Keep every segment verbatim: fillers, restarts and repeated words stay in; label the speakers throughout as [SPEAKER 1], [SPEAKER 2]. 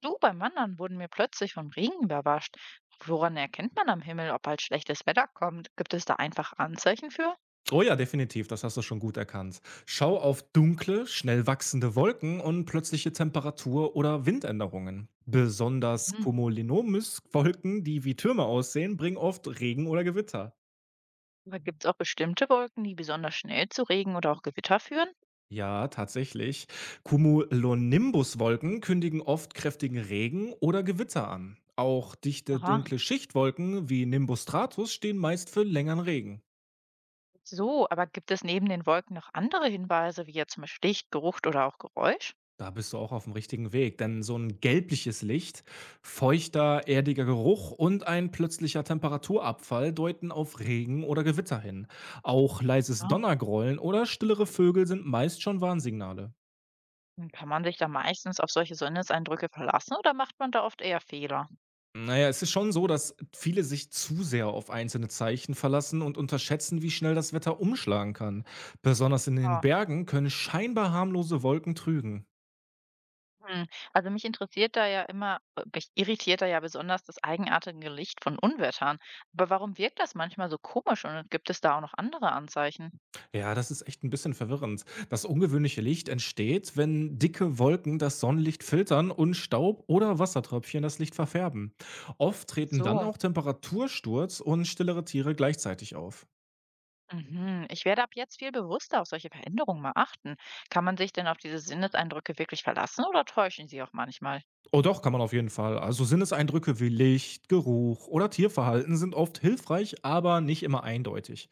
[SPEAKER 1] Du, beim Wandern wurden wir plötzlich vom Regen überrascht. Woran erkennt man am Himmel, ob bald schlechtes Wetter kommt? Gibt es da einfach Anzeichen für?
[SPEAKER 2] Oh ja, definitiv, das hast du schon gut erkannt. Schau auf dunkle, schnell wachsende Wolken und plötzliche Temperatur- oder Windänderungen. Besonders
[SPEAKER 1] Mhm.
[SPEAKER 2] Cumulinomus-Wolken, die wie Türme aussehen, bringen oft Regen oder Gewitter.
[SPEAKER 1] Aber gibt es auch bestimmte Wolken, die besonders schnell zu Regen oder auch Gewitter führen?
[SPEAKER 2] Ja, tatsächlich. Cumulonimbus-Wolken kündigen oft kräftigen Regen oder Gewitter an. Auch dichte,
[SPEAKER 1] Aha.
[SPEAKER 2] dunkle Schichtwolken wie Nimbostratus stehen meist für längeren Regen.
[SPEAKER 1] So, aber gibt es neben den Wolken noch andere Hinweise, wie jetzt zum Beispiel Licht, Geruch oder auch Geräusch?
[SPEAKER 2] Da bist du auch auf dem richtigen Weg, denn so ein gelbliches Licht, feuchter, erdiger Geruch und ein plötzlicher Temperaturabfall deuten auf Regen oder Gewitter hin. Auch leises
[SPEAKER 1] Ja.
[SPEAKER 2] Donnergrollen oder stillere Vögel sind meist schon Warnsignale.
[SPEAKER 1] Kann man sich da meistens auf solche Sinneseindrücke verlassen oder macht man da oft eher Fehler?
[SPEAKER 2] Naja, es ist schon so, dass viele sich zu sehr auf einzelne Zeichen verlassen und unterschätzen, wie schnell das Wetter umschlagen kann. Besonders in den
[SPEAKER 1] Ja.
[SPEAKER 2] Bergen können scheinbar harmlose Wolken trügen.
[SPEAKER 1] Hm, also mich interessiert da ja immer äh, mich irritiert da ja besonders das eigenartige Licht von Unwettern. Aber warum wirkt das manchmal so komisch und gibt es da auch noch andere Anzeichen?
[SPEAKER 2] Ja, das ist echt ein bisschen verwirrend. Das ungewöhnliche Licht entsteht, wenn dicke Wolken das Sonnenlicht filtern und Staub oder Wassertröpfchen das Licht verfärben. Oft treten dann
[SPEAKER 1] So,
[SPEAKER 2] auch Temperatursturz und stillere Tiere gleichzeitig auf.
[SPEAKER 1] mhm. Ich werde ab jetzt viel bewusster auf solche Veränderungen mal achten. Kann man sich denn auf diese Sinneseindrücke wirklich verlassen oder täuschen sie auch manchmal?
[SPEAKER 2] Oh doch, kann man auf jeden Fall. Also Sinneseindrücke wie Licht, Geruch oder Tierverhalten sind oft hilfreich, aber nicht immer eindeutig.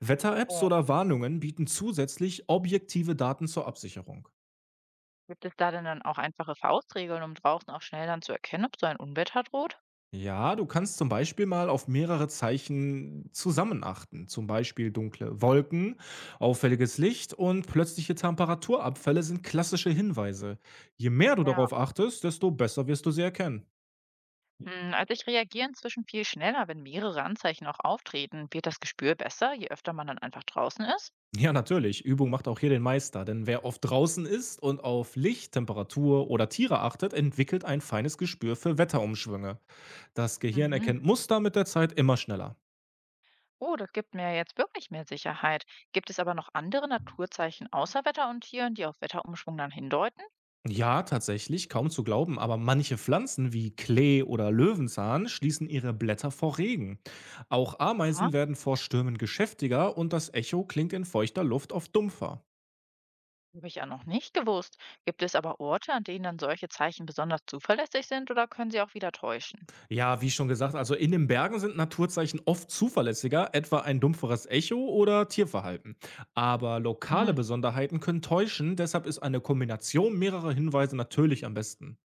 [SPEAKER 2] Wetter-Apps
[SPEAKER 1] Oh.
[SPEAKER 2] oder Warnungen bieten zusätzlich objektive Daten zur Absicherung.
[SPEAKER 1] Gibt es da denn dann auch einfache Faustregeln, um draußen auch schnell dann zu erkennen, ob so ein Unwetter droht?
[SPEAKER 2] Ja, du kannst zum Beispiel mal auf mehrere Zeichen zusammen achten. Zum Beispiel dunkle Wolken, auffälliges Licht und plötzliche Temperaturabfälle sind klassische Hinweise. Je mehr du darauf achtest, desto besser wirst du sie erkennen.
[SPEAKER 1] Hm, also ich reagiere inzwischen viel schneller, wenn mehrere Anzeichen auch auftreten. Wird das Gespür besser, je öfter man dann einfach draußen ist?
[SPEAKER 2] Ja, natürlich. Übung macht auch hier den Meister, denn wer oft draußen ist und auf Licht, Temperatur oder Tiere achtet, entwickelt ein feines Gespür für Wetterumschwünge. Das Gehirn
[SPEAKER 1] Mhm.
[SPEAKER 2] erkennt Muster mit der Zeit immer schneller.
[SPEAKER 1] Oh, das gibt mir jetzt wirklich mehr Sicherheit. Gibt es aber noch andere Naturzeichen außer Wetter und Tieren, die auf Wetterumschwung dann hindeuten?
[SPEAKER 2] Ja, tatsächlich, kaum zu glauben, aber manche Pflanzen wie Klee oder Löwenzahn schließen ihre Blätter vor Regen. Auch
[SPEAKER 1] Aha,
[SPEAKER 2] Ameisen werden vor Stürmen geschäftiger und das Echo klingt in feuchter Luft oft dumpfer.
[SPEAKER 1] habe ich ja noch nicht gewusst. Gibt es aber Orte, an denen dann solche Zeichen besonders zuverlässig sind oder können sie auch wieder täuschen?
[SPEAKER 2] Ja, wie schon gesagt, also in den Bergen sind Naturzeichen oft zuverlässiger, etwa ein dumpferes Echo oder Tierverhalten. Aber lokale
[SPEAKER 1] Hm.
[SPEAKER 2] Besonderheiten können täuschen, deshalb ist eine Kombination mehrerer Hinweise natürlich am besten.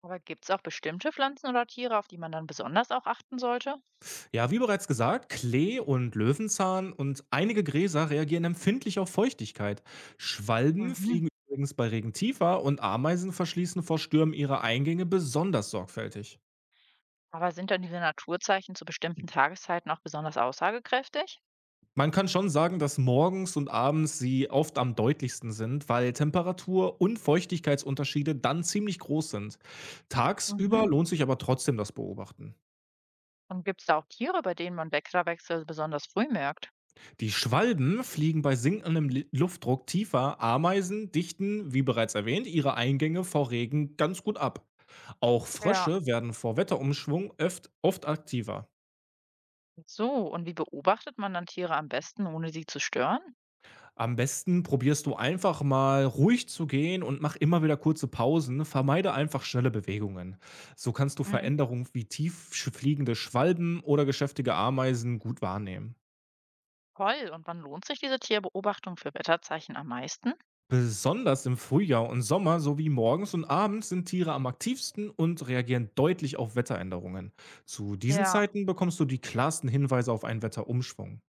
[SPEAKER 1] Aber gibt es auch bestimmte Pflanzen oder Tiere, auf die man dann besonders auch achten sollte?
[SPEAKER 2] Ja, wie bereits gesagt, Klee und Löwenzahn und einige Gräser reagieren empfindlich auf Feuchtigkeit. Schwalben
[SPEAKER 1] Mhm.
[SPEAKER 2] fliegen übrigens bei Regen tiefer und Ameisen verschließen vor Stürmen ihre Eingänge besonders sorgfältig.
[SPEAKER 1] Aber sind dann diese Naturzeichen zu bestimmten Tageszeiten auch besonders aussagekräftig?
[SPEAKER 2] Man kann schon sagen, dass morgens und abends sie oft am deutlichsten sind, weil Temperatur- und Feuchtigkeitsunterschiede dann ziemlich groß sind. Tagsüber
[SPEAKER 1] Mhm.
[SPEAKER 2] lohnt sich aber trotzdem das Beobachten.
[SPEAKER 1] Und gibt es da auch Tiere, bei denen man Wetterwechsel besonders früh merkt?
[SPEAKER 2] Die Schwalben fliegen bei sinkendem Li- Luftdruck tiefer. Ameisen dichten, wie bereits erwähnt, ihre Eingänge vor Regen ganz gut ab. Auch
[SPEAKER 1] Ja.
[SPEAKER 2] Frösche werden vor Wetterumschwung öft, oft aktiver.
[SPEAKER 1] So, und wie beobachtet man dann Tiere am besten, ohne sie zu stören?
[SPEAKER 2] Am besten probierst du einfach mal ruhig zu gehen und mach immer wieder kurze Pausen. Vermeide einfach schnelle Bewegungen. So kannst du
[SPEAKER 1] Mhm.
[SPEAKER 2] Veränderungen wie tief sch- fliegende Schwalben oder geschäftige Ameisen gut wahrnehmen.
[SPEAKER 1] Toll, und wann lohnt sich diese Tierbeobachtung für Wetterzeichen am meisten?
[SPEAKER 2] Besonders im Frühjahr und Sommer sowie morgens und abends sind Tiere am aktivsten und reagieren deutlich auf Wetteränderungen. Zu diesen
[SPEAKER 1] Ja.
[SPEAKER 2] Zeiten bekommst du die klarsten Hinweise auf einen Wetterumschwung.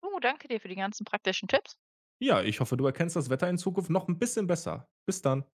[SPEAKER 1] Oh, danke dir für die ganzen praktischen Tipps.
[SPEAKER 2] Ja, ich hoffe, du erkennst das Wetter in Zukunft noch ein bisschen besser. Bis dann.